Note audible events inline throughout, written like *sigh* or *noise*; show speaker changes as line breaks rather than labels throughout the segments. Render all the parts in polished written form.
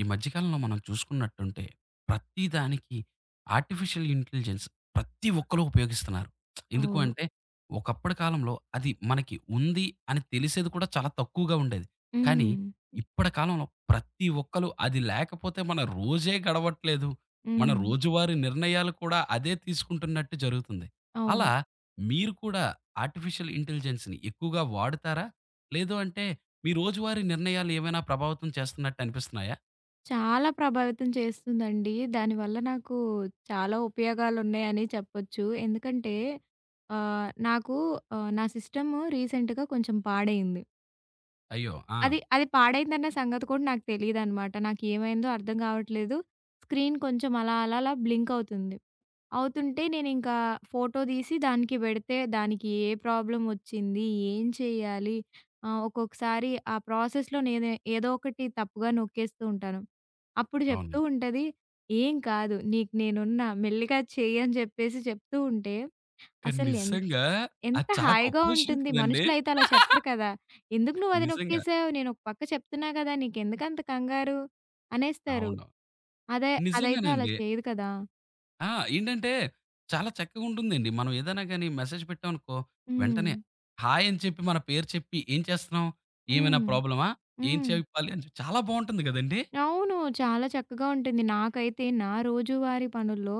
ఈ మధ్యకాలంలో మనం చూసుకున్నట్టుంటే ప్రతి దానికి ఆర్టిఫిషియల్ ఇంటెలిజెన్స్ ప్రతి ఒక్కరు ఉపయోగిస్తున్నారు. ఎందుకు
అవును.
అంటే ఒకప్పటి కాలంలో అది మనకి ఉంది అని తెలిసేది కూడా చాలా తక్కువగా ఉండేది. కానీ
హ్మ్.
ఇప్పటి కాలంలో ప్రతి ఒక్కరు అది లేకపోతే మన రోజే గడవట్లేదు. మన
హ్మ్.
రోజువారీ నిర్ణయాలు కూడా అదే తీసుకుంటున్నట్టు జరుగుతుంది.
అవును.
అలా మీరు కూడా ఆర్టిఫిషియల్ ఇంటెలిజెన్స్‌ని ఎక్కువగా వాడుతారా? లేదు అంటే మీ రోజువారీ నిర్ణయాలు ఏమైనా ప్రభావితం చేస్తున్నట్టు అనిపిస్తున్నాయా?
చాలా ప్రభావితం చేస్తుందండి. దానివల్ల నాకు చాలా ఉపయోగాలున్నాయని చెప్పొచ్చు. ఎందుకంటే నాకు నా సిస్టమ్ రీసెంట్‌గా కొంచెం పాడైంది.
అయ్యో! ఆ!
అది అది పాడైందన్న సంగతి కూడా నాకు తెలీదనమాట. నాకేమైందో అర్థం కావట్లేదు. స్క్రీన్ కొంచెం అలా అలా అలా బ్లింక్ అవుతుంది. అవుతుంటే నేనింకా ఫోటో తీసి దానికి పెడితే దానికి ఏ ప్రాబ్లమ్ వచ్చింది? ఏం చేయాలి? ఒక్కొక్కసారి ఆ ప్రాసెస్‌లో నేనే ఏదో ఒకటి తప్పుగా నొక్కేస్తూ ఉంటాను. అప్పుడు చెప్తూ
అవునండి.
ఉంటది, "ఏం కాదు నీకు నేనున్నా మెల్లిగా చెయ్యి" అని చెప్పేసి చెప్తూ ఉంటే
కానీ
అసలు
నిజంగా
ఎంత
అది చాలా గొప్ప
హాయిగా
విషయం
ఉంటుంది.
కదండీ!
మనుషులైతే అలా చెప్పరు కదా! "ఎందుకు నువ్వు అది
నిజంగా.
నొక్కేసావు? నేను ఒక పక్క చెప్తున్నా కదా! నీకెందుకంత కంగారు?" అనేస్తారు.
అవును.
అదే అదైతే అలా
నిజంగానండి.
చేయదు కదా!
ఆ! ఏంటంటే చాలా చక్కగా ఉంటుందండి. మనం ఏదైనా గాని మెసేజ్ పెట్టామనుకో
హ్మ్.
వెంటనే హాయ్ అని చెప్పి మన పేరు చెప్పి ఏం చేస్తున్నావు? ఏమైనా
హ్మ్.
ప్రాబ్లమా? ఏం
హ్మ్.
చెప్పాలి అని చెప్పి చాలా బావుంటుంది గదండీ!
అవును. చాలా చక్కగా ఉంటుంది. నాకైతే నా రోజువారీ పనుల్లో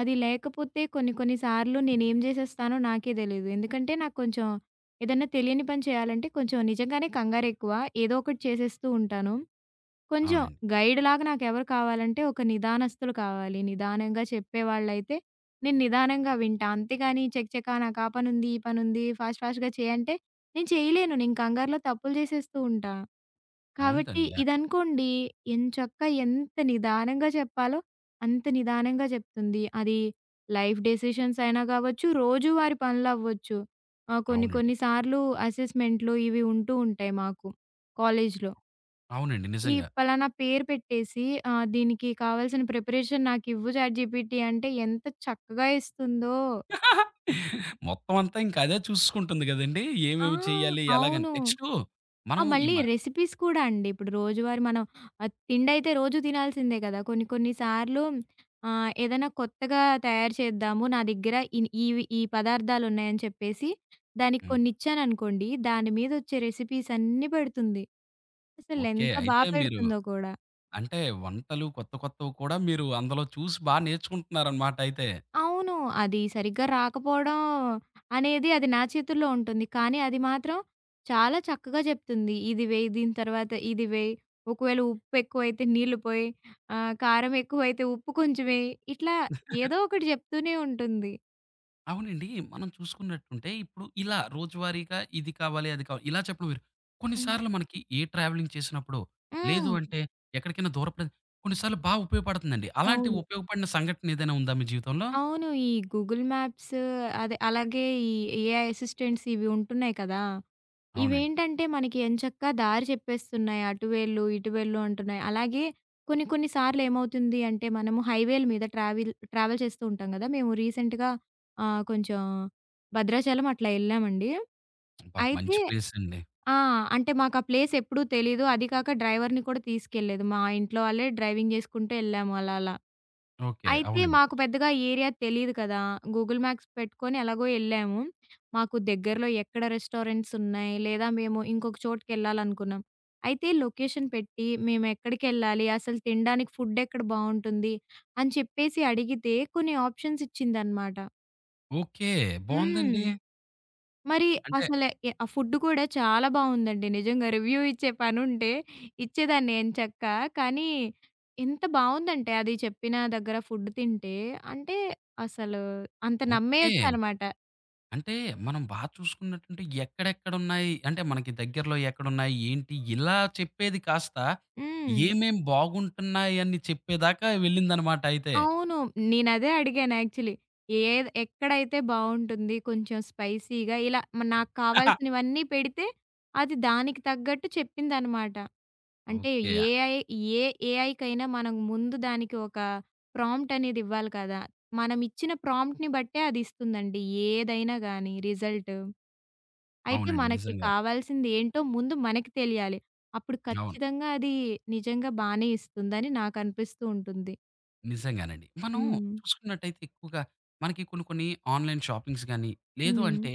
అది లేకపోతే కొన్ని కొన్ని సార్లు నేనేం జేసేస్తానో నాకే తెలీదు. ఎందుకంటే నాకు కొంచెం ఏదన్నా తెలియని పని చేయాలంటే కొంచెం నిజంగానే కంగారెక్కువ. ఏదో ఒకటి చేసేస్తూ ఉంటాను. కొంచెం
అవునండి.
గైడ్‌లాగా నాకెవరు కావాలంటే ఒక నిదానస్తులు కావాలి. నిదానంగా చెప్పేవాళ్ళైతే నేను నిదానంగా వింటా. అంతేగాని చకచకా నాకు ఆ పనుంది, ఈ పనుంది ఫాస్ట్ ఫాస్ట్‌గా చేయంటే నేను చేయలేను. నేను కంగారులో తప్పులు జేసేస్తూ ఉంటా. కాబట్టి
అవుతండి.
ఇదనుకోండి ఎంచక్కా ఎంత నిదానంగా చెప్పాలో అంత నిదానంగా చెప్తుంది. అది లైఫ్ డెసిషన్స్ అయినా కావచ్చు, రోజువారీ పనులవ్వచ్చు. కొన్ని
అవునండి.
కొన్ని సార్లు అసెస్‌మెంట్‌లు ఇవి ఉంటూ ఉంటాయి మాకు కాలేజీలో.
అవునండి.
ఈ
నిజంగా.
పలానా పేరు పెట్టేసి దీనికి కావాల్సిన ప్రిపరేషన్ నాకివ్వు చాట్‌జీపీటీ అంటే ఎంత చక్కగా ఇస్తుందో.
మొత్తం అంతా ఇంక అదే చూసుకుంటుంది గదండీ!
ఆ!
ఏమేమి చేయాలి? ఎలాగని.
అవును.
నెక్స్టు
ఆ!
మనం ఈ
మళ్ళీ
మ
రెసిపీస్ కూడా అండి. ఇప్పుడు రోజువారీ మనం తిండయితే రోజు తినాల్సిందే కదా! కొన్ని కొన్ని సార్లు ఏదైనా కొత్తగా తయారు చేద్దాము. నా దగ్గర ఇన్ ఈవి ఈ పదార్థాలున్నాయని చెప్పేసి దానికి
హ్మ్.
కొన్నిచ్చాననుకోండి. దాని మీదొచ్చే రెసిపీస్ అన్నీ పెడుతుంది.
ఓకే.
అసలెంత బా
అయితే మీరు
పెడుతుందో కూడా.
అంటే వంటలు కొత్త కొత్తవి కూడా మీరు అందులో చూసి బా నేర్చుకుంటున్నారనమాట అయితే.
అవును. అది సరిగ్గా రాకపోవడం అనేది అది నా చేతుల్లో ఉంటుంది. కానీ అది మాత్రం చాలా చక్కగా చెప్తుంది. ఇది వెయ్, దీని తర్వాత ఇది వెయ్, ఒకవేళ ఉప్పు ఎక్కువైతే నీళ్ళు పోయి, కారం ఎక్కువైతే ఉప్పు కొంచెం వెయ్. ఇట్లా ఏదో ఒకటి చెప్తూనే ఉంటుంది.
అవునండి. మనం చూసుకున్నట్టుంటే ఇప్పుడు ఇలా రోజువారీగా ఇది కావాలి, అది కావాలి ఇలా చెప్పడం వేరు.
హ్మ్.
కొన్నిసార్లు మనకి ఏ ట్రావెలింగ్ చేసినప్పుడు లేదు
హ్మ్.
అంటే ఎక్కడికైనా దూర ప్ర కొన్నిసార్లు బా ఉపయోగపడుతుందండి. అలాంటి
అవును.
ఉపయోగపడిన సంఘటన ఏదైనా ఉందా మీ జీవితంలో?
అవును. ఈ గూగుల్ మ్యాప్స్ అదే అలాగే ఈ ఏఐ అసిస్టెంట్స్ ఇవి ఉంటున్నాయి కదా!
అవునండి.
ఇవేంటంటే మనకి ఎంచక్కా దారి చెప్పేస్తున్నాయి. అటు వెళ్ళు, ఇటు వెళ్ళు అంటున్నాయి. అలాగే కొన్ని కొన్ని సార్లేమవుతుంది అంటే మనము హైవేల మీద ట్రావెల్ ట్రావెల్ చేస్తూ ఉంటాం గదా! మేము రీసెంట్‌గా కొంచెం భద్రాచలం అట్లా ఎళ్ళామండి.
అబ్బా!
అయితే
మంచి ప్లేస్ అండి.
ఆ! అంటే మాకు ఆ ప్లేస్ ఎప్పుడూ తెలీదు. అది కాక డ్రైవర్‌ని కూడా తీసుకెళ్ళలేదు. మా ఇంట్లో వాళ్ళే డ్రైవింగ్ జేసుకుంటూ ఎళ్ళాము అలా అలా.
ఓకే.
అయితే
అవునండి.
మాకు పెద్దగా ఏరియా తెలీదు కదా! గూగుల్ మ్యాప్స్ పెట్టుకొని ఎలాగో ఎళ్ళాము. మాకు దగ్గరలో ఎక్కడ రెస్టారెంట్స్ ఉన్నాయి, లేదా మేము ఇంకొక చోటుకెళ్ళాలనుకున్నాం. అయితే లొకేషన్ పెట్టి మేమెక్కడికెళ్ళాలి, అసలు తినడానికి ఫుడ్ ఎక్కడ బావుంటుంది అని చెప్పేసి అడిగితే కొన్ని ఆప్షన్స్ ఇచ్చిందనమాట.
ఓకే.
హ్మ్.
బావుందండి.
మరి
అంటే
అసలు ఎ ఆ ఫుడ్ కూడా చాలా బావుందండి. నిజంగా రివ్యూ ఇచ్చే పనుంటే ఇచ్చేదాన్ని ఎంచక్కా. కానీ ఎంత బావుందంటే అది చెప్పిన దగ్గర ఫుడ్ తింటే అంటే అసలు అంత
ఓకే.
నమ్మేయొచ్చనమాట.
అంటే మనం బా చూసుకున్నట్టుంటే ఎక్కడెక్కడున్నాయి, అంటే మనకి దగ్గరలో ఎక్కడున్నాయి, ఏంటి ఇలా చెప్పేది కాస్త
హ్మ్.
ఏమేం బాగుంటున్నాయని చెప్పేదాకా వెళ్ళిందనమాట అయితే.
అవును. నేనదే అడిగాను యాక్చువల్లీ. ఏది ఎక్కడైతే బావుంటుంది కొంచెం స్పైసీగా ఇలా నాకు
*laughs*
కావాల్సినవన్నీ పెడితే అది దానికి తగ్గట్టు చెప్పిందనమాట. అంటే
ఓకే.
ఏఐ ఏ ఏఐకైనా మనం ముందు దానికి ఒక ప్రాంప్ట్ అనేది ఇవ్వాలి కదా! మనం ఇచ్చిన ప్రాంప్ట్‌ని బట్టే అది ఇస్తుందండి. ఏదైనా గాని రిజల్ట్. అయితే
అవునండి.
మనకి
నిజంగా.
కావాల్సింది ఏంటో ముందు మనకి తెలియాలి. అప్పుడు
అవును.
ఖచ్చితంగా అది నిజంగా బానే ఇస్తుందని నాకు అనిపిస్తూ ఉంటుంది.
నిజంగానండి. మనం
హ్మ్.
చూసుకున్నట్టయితే ఎక్కువగా మనకి కొన్ని కొన్ని ఆన్‌లైన్ షాపింగ్స్ గాని, లేదు
హ్మ్.
అంటే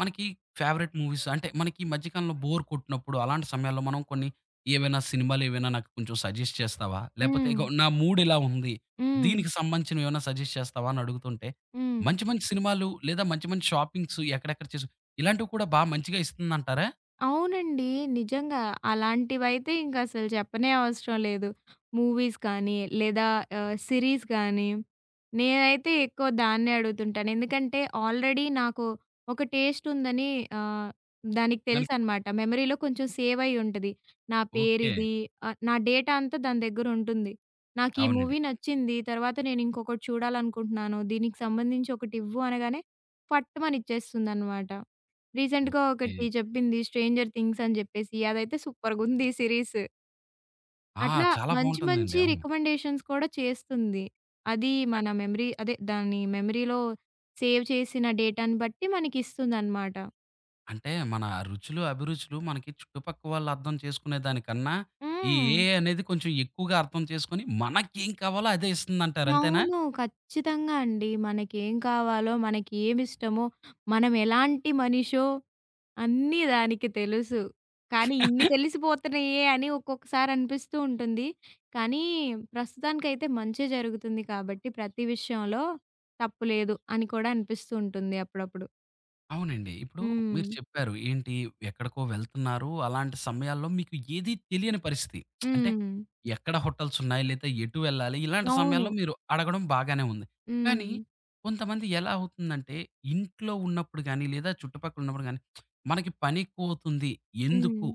మనకి ఫేవరెట్ మూవీస్ అంటే మనకి ఈ మధ్య కాలంలో బోర్ కొట్టినప్పుడు అలాంటి సమయాల్లో మనం కొన్ని ఏవైనా సినిమాలేవైనా నాకు కొంచెం సజెస్ట్ చేస్తావా? లేపోతే
హ్మ్.
ఇగో నా మూడ్ ఇలా ఉంది.
హ్మ్.
దీనికి సంబంధించినవి ఏమైనా సజెస్ట్ చేస్తావా? అని అడుగుతుంటే
హ్మ్.
మంచి మంచి సినిమాలు లేదా మంచి మంచి షాపింగ్స్ ఎక్కడెక్కడ ఇలాంటివి కూడా బా మంచిగా ఇస్తుందంటారా?
అవునండి. నిజంగా. అలాంటివైతే ఇంకసలు చెప్పనే అవసరం లేదు. మూవీస్ కానీ, లేదా సీరీస్ గానీ, నేనైతే ఎక్కువ దాన్నే అడుగుతుంటాను. ఎందుకంటే, ఆల్రెడీ నాకు ఒక టేస్ట్ ఉందని ఆహ్, దానికి
దానికి
తెలుసనమాట. మెమరీలో కొంచెం సేవ్ అయ్యి ఉంటది. నా
ఓకే.
పేరిది, నా డేటా అంతా దాని దగ్గరుంటుంది. నాకీ
అవునండి.
మూవీ
అవును.
నచ్చింది, తర్వాత నేనింకొకటి చూడాలనుకుంటున్నాను, దీనికి సంబంధించి ఒకటివ్వు అనగానే, ఫట్టుమని ఇచ్చేస్తుందనమాట. రీసెంట్‌గా
ఓకే.
ఒకటి జెప్పింది 'స్ట్రేంజర్ థింగ్స్' అని జెప్పేసి. అదైతే సూపర్‌గుంది సీరీస్.
ఆ!
అట్లా
చాలా
మంచి
బావుంటుందండి.
మంచి
అవును.
రికమెండేషన్స్ కూడా చేస్తుంది. అది మన మెమరీ అదే దాని మెమరీలో సేవ్ చేసిన డేటాను బట్టి మనకిస్తుందనమాట.
అంటే మన రుచులు, అభిరుచులు మనకి చుట్టుపక్క వాళ్ళు అర్థం చేసుకునే దానికన్నా, ఈ
హ్మ్.
AI అనేది కొంచెం ఎక్కువగా అర్థం చేసుకొని, మనకేం కావాలో అదే ఇస్తుందంటారు అంతేనా?
అవును. ఖచ్చితంగా అండి. మనకేం కావాలో, మనకి ఏమిష్టమో, మనం ఎలాంటి మనిషో అన్నీ దానికి తెలుసు. కానీ ఇన్ని తెలిసిపోతున్నాయే అని ఒక్కొక్కసారి అనిపిస్తూ ఉంటుంది. కానీ ప్రస్తుతానికైతే మంచే జరుగుతుంది కాబట్టి ప్రతి విషయంలో తప్పు లేదు అని కూడా అనిపిస్తూ ఉంటుంది అప్పుడప్పుడు.
అవునండి. ఇప్పుడు
హ్మ్.
మీరు చెప్పారు. ఏంటి ఎక్కడికో వెళ్తున్నారు. అలాంటి సమయాల్లో మీకు ఏది తెలియని పరిస్థితి. అంటే
హ్మ్.
ఎక్కడ హోటల్స్ ఉన్నాయి? లేదా ఎటు వెళ్ళాలి? ఇలాంటి
అవును.
సమయాల్లో మీరు అడగడం బాగానే ఉంది. కానీ
హ్మ్.
కొంతమంది ఎలా అవుతుందంటే ఇంట్లో ఉన్నప్పుడు గాని, లేదా చుట్టుపక్కల ఉన్నప్పుడు గాని మనకి పని ఎక్కువవుతుంది.
హ్మ్.
ఎందుకు?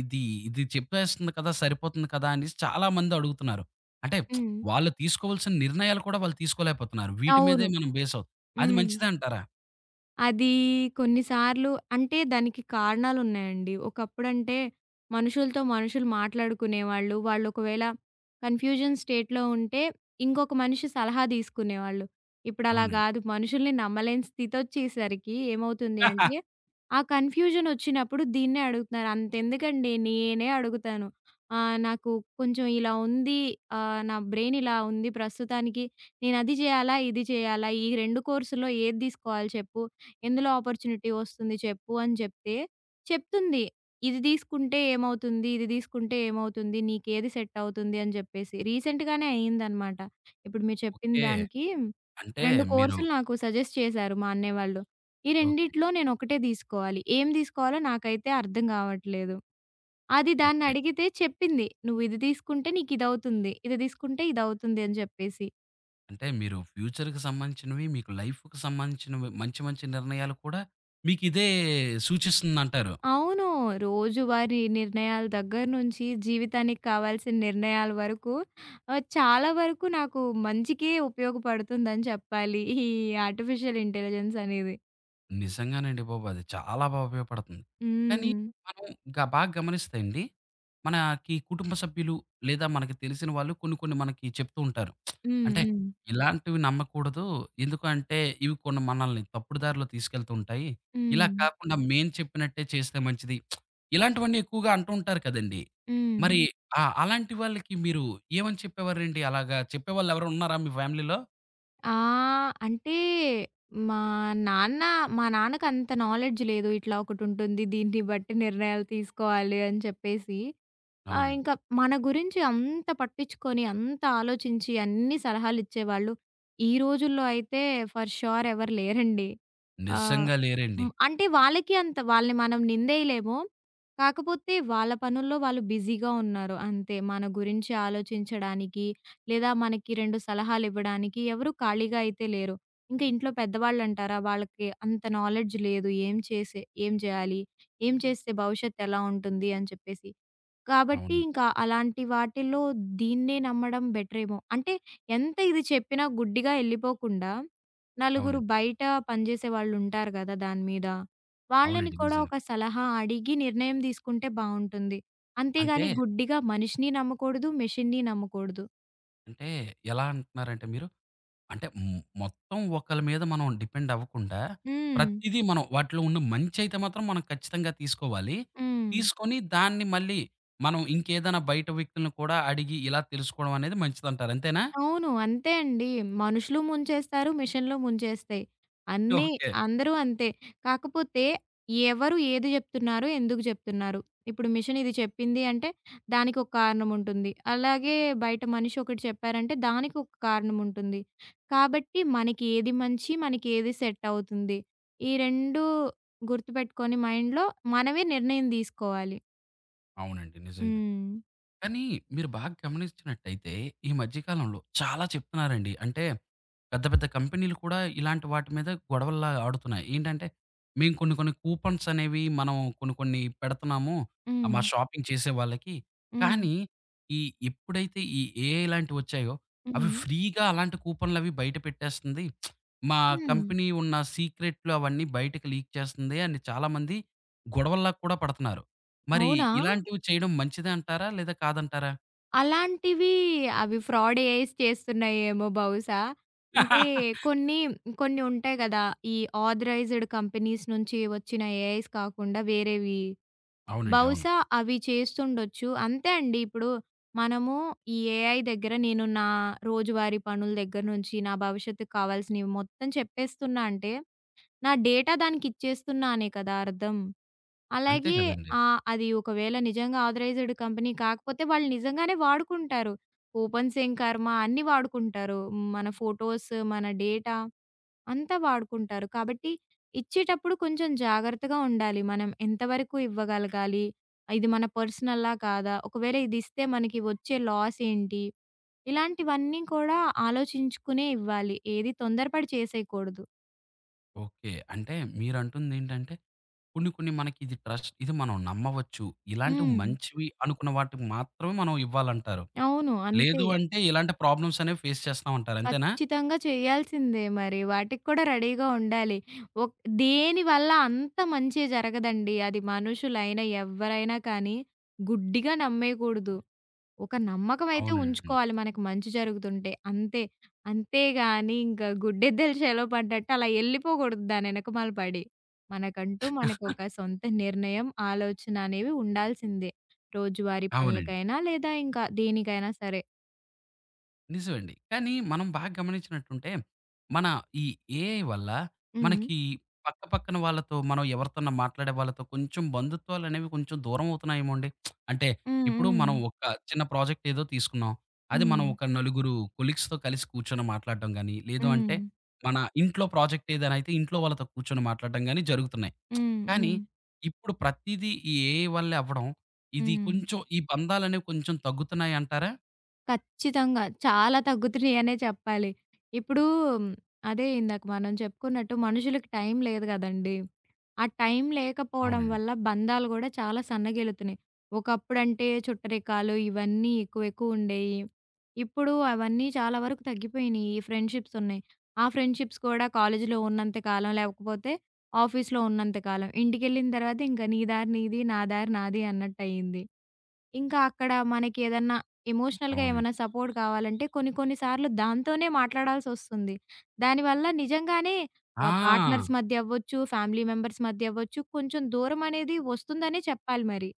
ఇది ఇది చెప్పేస్తుంది కదా! సరిపోతుంది కదా! అనేసి చాలామంది అడుగుతున్నారు. అంటే
హ్మ్.
వాళ్ళు తీసుకోవాల్సిన నిర్ణయాలు కూడా వాళ్ళు తీసుకోలేకపోతున్నారు. వీటి
అవును.
మీదే మనం బేస్ అవుతాం. అది
హ్మ్.
మంచిదే అంటారా?
అది కొన్నిసార్లు అంటే దానికి కారణాలున్నాయండి. ఒకప్పుడంటే మనుషులతో మనుషులు మాట్లాడుకునేవాళ్ళు. వాళ్ళు ఒకవేళ కన్‌ఫ్యూజన్ స్టేట్‌లో ఉంటే ఇంకొక మనిషి సలహా తీసుకునేవాళ్ళు. ఇప్పుడు అలా
అవునండి.
గాదు. మనుషుల్ని నమ్మలేని స్థితొచ్చేసరికి ఏమవుతుంది అంటే, ఆ కన్‌ఫ్యూజన్ ఒచ్చినప్పుడు దీన్నే అడుగుతున్నారు. అంతెందుకండి నేనే అడుగుతాను. నాకు కొంచెం ఇలా ఉంది. నా బ్రెయిన్ ఇలా ఉంది ప్రస్తుతానికి. నేనది జేయాలా? ఇది చేయాలా? ఈ 2 కోర్సుల్లో ఏది తీసుకోవాలి చెప్పు? ఎందులో ఆపర్చునిటీ వస్తుంది చెప్పు అని చెప్తే, చెప్తుంది. ఇది తీసుకుంటే ఏమవుతుంది? ఇది తీసుకుంటే ఏమవుతుంది? నీకేది సెట్ అవుతుంది? అని చెప్పేసి. రీసెంట్‌గానే అయిందనమాట. ఇప్పుడు మీరు చెప్పిన
ఓకే.
దానికి
అంటే
2
మీరు
కోర్సులు నాకు సజెస్ట్ చేశారు మా అన్నయ్య వాళ్ళు. ఈ
ఓకే.
రెండిట్లో నేను ఒకటే తీసుకోవాలి. ఏం తీసుకోవాలో నాకైతే అర్థం కావట్లేదు. అది
ఓకే.
దాన్నడిగితే చెప్పింది. "నువ్వు ఇది తీసుకుంటే నీకిదవుతుంది. ఇది అవుతుంది, ఇది తీసుకుంటే ఇదవుతుంది" అని చెప్పేసి.
అంటే మీరు ఫ్యూచర్‌కి సంబంధించినవి, మీకు లైఫ్‌కి సంబంధించినవి మంచి మంచి నిర్ణయాలు కూడా మీకిదే సూచిస్తుందంటారు.
అవును. రోజువారీ నిర్ణయాల దగ్గర నుంచి జీవితానికి కావాల్సిన నిర్ణయాల వరకు చాలా వరకు నాకు మంచికే ఉపయోగపడుతుందని చెప్పాలి. ఈ ఆర్టిఫిషియల్ ఇంటెలిజెన్స్ అనేది.
నిజంగానండి బాబు. అది చాలా బాగా ఉపయోగపడుతుంది. కానీ
హ్మ్.
మనం గ బాగా గమనిస్తే అండి, మనకి కుటుంబ సభ్యులు లేదా మనకి తెలిసిన వాళ్ళు కొన్ని కొన్ని మనకి చెప్తూ ఉంటారు.
హ్మ్.
అంటే
హ్మ్.
ఇలాంటివి నమ్మకూడదు. ఎందుకంటే ఇవి కొన్ని మనల్ని తప్పుడు దారిలో తీసుకెళ్తూ ఉంటాయి. ఇలా
హ్మ్.
కాకుండా మేము చెప్పినట్టే చేస్తే మంచిది. ఇలాంటివన్నీ ఎక్కువగా అంటూ ఉంటారు కదండీ!
హ్మ్.
మరి హ్మ్. ఆ! అలాంటి వాళ్ళకి మీరు ఏమని చెప్పేవారండి? అలాగా చెప్పేవాళ్ళెవరైనా ఉన్నారా మీ ఫ్యామిలీలో?
ఆ! అంటే మా నాన్న మా నాన్నకంత నాలెడ్జ్ లేదు. ఇట్లా ఒకటుంటుంది. దీన్ని బట్టి నిర్ణయాలు తీసుకోవాలి అని చెప్పేసి. ఆ!
అవునండి.
ఇంకా మన గురించి అంత పట్టించుకొని, అంత ఆలోచించి, అన్ని సలహాలిచ్చేవాళ్ళు ఈ రోజుల్లో అయితే ఫర్ ష్యూర్ ఎవరు లేరండి. ఆహ్,
నిజంగా లేరండి.
హ్మ్. అంటే వాళ్ళకి అంత వాళ్ళని మనం నిందేయలేము. కాకపోతే వాళ్ళ పనుల్లో వాళ్ళు బిజీగా ఉన్నారు అంతే. మన గురించి ఆలోచించడానికి, లేదా మనకి 2 సలహాలివ్వడానికి ఎవరు ఖాళీగా అయితే లేరు. ఇంకా ఇంట్లో పెద్దవాళ్ళంటారా వాళ్ళకి అంత నాలెడ్జ్ లేదు. ఏం చేయాలి? ఏం చేస్తే భవిష్యత్తు ఎలా ఉంటుంది? అని చెప్పేసి. కాబట్టి
అవును.
ఇంకా అలాంటి వాటిల్లో దీన్నే నమ్మడం బెటరేమో. అంటే ఎంత ఇది చెప్పినా గుడ్డిగా ఎళ్ళిపోకుండా, నలుగురు
అవునండి.
బయట పనిజేసే వాళ్ళుంటారు గదా! దాని మీద. వాళ్ళని
అవునండి.
కూడా
నిజంగా.
ఒక సలహా అడిగి నిర్ణయం తీసుకుంటే బావుంటుంది.
అంటే,
అంతేగాని గుడ్డిగా మనిషిని నమ్మకూడదు, మెషిన్‌ని నమ్మకూడదు.
అంటే ఎలా అంటున్నారంటే మీరు, అంటే హ్మ్, మొత్తం ఒకళ్ళ మీద మనం డిపెండ్ అవ్వకుండా,
హ్మ్.
ప్రతీదీ మనం వాటిలో ఉన్న మంచయితే మాత్రం మనం ఖచ్చితంగా తీసుకోవాలి.
హ్మ్.
తీసుకొని దాన్ని మళ్ళీ మనం ఇంకేదైనా బయట వ్యక్తులను కూడా అడిగి ఇలా తెలుసుకోవడం అనేది మంచిదంటారు. అంతేనా?
అవును. అంతే అండి. మనుషులు ముంచేస్తారు, మిషన్‌లు ముంచేస్తాయి. అన్నీ
ఓకే.
అందరూ అంతే. కాకపోతే ఎవరు ఏది జెప్తున్నారు? ఎందుకు జెప్తున్నారు? ఇప్పుడు మిషన్ ఇది చెప్పింది అంటే దానికొక కారణం ఉంటుంది. అలాగే బయట మనిషి ఒకటి చెప్పారంటే దానికొక కారణం ఉంటుంది. కాబట్టి మనకి ఏది మంచి, మనకి ఏది సెట్ అవుతుంది. ఈ 2 గుర్తుపెట్టుకొని మైండ్‌లో మనమే నిర్ణయం దీసుకోవాలి.
అవునండి. నిజంగా.
హ్మ్.
కానీ మీరు బాగా గమనించినట్టయితే ఈ మధ్య కాలంలో చాలా చెప్తున్నారండి. అంటే పెద్ద పెద్ద కంపెనీలు కూడా ఇలాంటి వాటి మీద గొడవల్లా ఆడుతున్నాయి. ఏంటంటే మేము కొన్ని కొన్ని కూపన్స్ అనేవి మనం కొన్ని కొన్ని పెడుతున్నాము. ఆహ్,
హ్మ్.
మా షాపింగ్ చేసే వాళ్ళకి.
హ్మ్.
కానీ ఈ ఎప్పుడైతే ఈ AI లాంటివి వచ్చాయో అవి
హ్మ్.
ఫ్రీగా అలాంటి కూపన్‌లవి బయట పెట్టేస్తుంది. మా
హ్మ్.
కంపెనీ ఉన్న సీక్రెట్లు అవన్నీ బయటకి లీక్ చేస్తుంది అని చాలామంది గొడవల్లా కూడా పడుతున్నారు. మరి
అవునా?
ఇలాంటివి చేయడం మంచిదే అంటారా? లేదా కాదంటారా?
అలాంటివి అవి ఫ్రాడ్ ఏఐస్ చేస్తున్నాయేమో బహుశా. అంటే కొన్ని, కొన్ని ఉంటాయి గదా! ఈ ఆథరైజ్డ్ కంపెనీస్ నుంచి వచ్చిన ఏఐస్ కాకుండా వేరేవి.
అవునండి. అవును.
బహుశా అవి చేస్తుండొచ్చు. అంతే అండి. ఇప్పుడు మనము ఈ ఏఐ దగ్గర నేను నా రోజువారీ పనుల దగ్గర నుంచి నా భవిష్యత్తుకు కావాల్సినవి మొత్తం చెప్పేస్తున్నా అంటే, నా డేటా దానికి ఇచ్చేస్తున్నా అనే కదా అర్థం.
అంతే
అలాగే
గదండీ.
అది ఒకవేళ నిజంగా ఆథరైజ్డ్ కంపెనీ కాకపోతే వాళ్ళు నిజంగానే వాడుకుంటారు. కూపన్స్ ఏం కర్మ అన్నీ వాడుకుంటారు. మన ఫోటోస్, మన డేటా అంతా వాడుకుంటారు. కాబట్టి ఇచ్చేటప్పుడు కొంచెం జాగ్రత్తగా ఉండాలి. మనం ఎంతవరకు ఇవ్వగలగాలి? ఇది మన పర్సనలా? కాదా? ఒకవేళ ఇది ఇస్తే మనకి వచ్చే లాస్ ఏంటి? ఇలాంటివన్నీ కూడా ఆలోచించుకునే ఇవ్వాలి. ఏది తొందరపడి చేసేయకూడదు.
ఓకే. అంటే మీరంటుందేంటంటే కొన్ని కొన్ని మనకి ఇది ట్రస్ట్ ఇది మనం నమ్మవచ్చు. ఇలాంటివి
హ్మ్.
మంచివి అనుకున్న వాటికి మాత్రమే మనం ఇవ్వాలంటారు.
అవును. అంతే.
లేదు అంటే ఇలాంటి ప్రాబ్లమ్స్ అనేవి ఫేస్ చేస్తామంటారు. అంతేనా?
ఖచ్చితంగా చేయాల్సిందే మరి. వాటికి కూడా రెడీగా ఉండాలి. ఒక్ దేనివల్ల అంత మంచే జరగదండి. అది మనుషులైనా, ఎవ్వరైనా కానీ గుడ్డిగా నమ్మేయకూడదు. ఒక నమ్మకం అయితే
అవునండి.
ఉంచుకోవాలి మనకి మంచి జరుగుతుంటే అంతే. అంతేగాని ఇంకా గుడ్డెద్దలు చేలో పడ్డట్టు అలా ఎళ్ళిపోకూడదు దానెనకమాల పడి. మనకంటూ మనకొక సొంత నిర్ణయం, ఆలోచన అనేవి ఉండాల్సిందే. రోజువారీ
అవునండి.
పనులకైనా లేదా ఇంకా దేనికైనా సరే.
నిజమండి. కానీ మనం బాగా గమనించినట్టుంటే, మన ఈ AI వల్ల
హ్మ్.
మనకి పక్క పక్కన వాళ్ళతో మనం ఎవరితోన్నా మాట్లాడే వాళ్ళతో కొంచెం బంధుత్వాలనేవి కొంచెం దూరం అవుతున్నాయేమో అండి. అంటే
హ్మ్.
ఇప్పుడు
హ్మ్.
మనం ఒక చిన్న ప్రాజెక్ట్ ఏదో తీసుకున్నాం. అది మనం
హ్మ్.
ఒక నలుగురు కొలీగ్స్‌తో కలిసి కూర్చొని మాట్లాడడం గాని, లేదు అంటే
హ్మ్.
మన ఇంట్లో ప్రాజెక్ట్ ఏదైనా అయితే ఇంట్లో వాళ్ళతో కూర్చొని మాట్లాడడం గాని జరుగుతున్నాయి.
హ్మ్.
కానీ
హ్మ్.
ఇప్పుడు ప్రతీదీ ఈ AI వల్లే అవ్వడం, ఇది
హ్మ్.
కొంచెం ఈ బంధాలనేవి కొంచెం తగ్గుతున్నాయంటారా?
ఖచ్చితంగా. చాలా తగ్గుతున్నాయనే చెప్పాలి. ఇప్పుడు అదే ఇందాక మనం చెప్పుకున్నట్టు మనుషులకి టైం లేదు గదండీ! ఆ టైం లేకపోవడం
అవునండి.
వల్ల బంధాలు గూడా చాలా సన్నగిల్లుతున్నాయి. ఒకప్పుడంటే చుట్టరికాలు ఇవన్నీ ఎక్కువ ఎక్కువ ఉండేయి. ఇప్పుడు అవన్నీ చాలా వరకు తగ్గిపోయినియి. ఈ ఫ్రెండ్షిప్స్ ఉన్నాయి. ఆ ఫ్రెండ్షిప్స్ కూడా కాలేజీలో ఉన్నంత కాలం లేకపోతే ఆఫీస్‌లో ఉన్నంత కాలం. ఇంటికెళ్ళిన తర్వాత ఇంక నీ దారి నీది, నా దారి నాది అన్నట్టయింది. ఇంకా అక్కడ మనకేదన్నా ఎమోషనల్‌గా
అవునండి.
ఏమన్నా సపోర్ట్ కావాలంటే కొన్ని కొన్ని సార్లు దాంతోనే మాట్లాడాల్సొస్తుంది. దానివల్ల నిజంగానే పార్ట్నర్స్
ఆ!
మధ్య అవ్వచ్చు, ఫ్యామిలీ మెంబర్స్ మధ్య అవ్వచ్చు, కొంచెం దూరం అనేది వస్తుందనే చెప్పాలి మరి.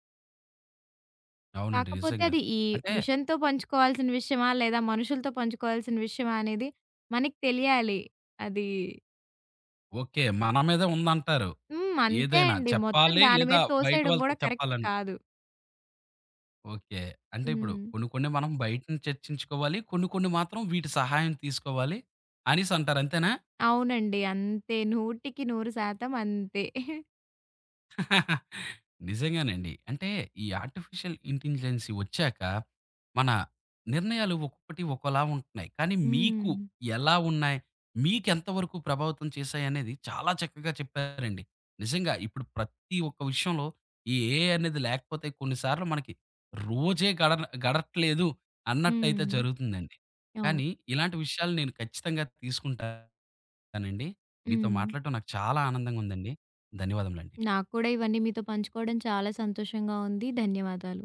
అవునండి.
కాకపోతే
నిజంగా.
అది ఈ
అంటే
మిషన్‌తో పంచుకోవాల్సిన విషయమా? లేదా మనుషులతో పంచుకోవాల్సిన విషయమా? అనేది మనకి తెలియాలి. అది
ఓకే. మన మీదే ఉందంటారు.
హ్మ్. అంతే
ఏదైనా
అండి. మొత్తం
చెప్పాలి
దాని మీద
లేదా బయట
తోసేయడం కూడా
వాళ్ళతో
కరెక్ట్
చెప్పాలని.
కాదు.
ఓకే. అంటే ఇప్పుడు
హ్మ్.
కొన్ని కొన్ని మనం బయటని చర్చించుకోవాలి. కొన్ని కొన్ని మాత్రం వీటి సహాయం తీసుకోవాలి అనేసంటారు అంతేనా?
అవునండి. అంతే. 100కి 100% అంతే.
నిజంగానండి. అంటే ఈ ఆర్టిఫిషియల్ ఇంటెలిజెన్సీ వచ్చాక, మన నిర్ణయాలు ఒక్కొక్కటి ఒకలా ఉంటున్నాయి. కానీ
హ్మ్.
మీకు ఎలా ఉన్నాయి? మీకెంత వరకు ప్రభావితం చేశాయనేది చాలా చక్కగా చెప్పారండి. నిజంగా ఇప్పుడు ప్రతి ఒక్క విషయంలో ఈ AI అనేది లేకపోతే కొన్ని సార్లు మనకి రోజే గడట్లేదు అన్నట్టయితే
హ్మ్.
జరుగుతుందండి.
అవును.
కానీ ఇలాంటి విషయాలు నేను ఖచ్చితంగా తీసుకుంటానండి. మీతో
హ్మ్.
మాట్లాడటం నాకు చాలా ఆనందంగా ఉందండి. ధన్యవాదములండి.
నాకు కూడా ఇవన్నీ మీతో పంచుకోవడం చాలా సంతోషంగా ఉంది. ధన్యవాదాలు.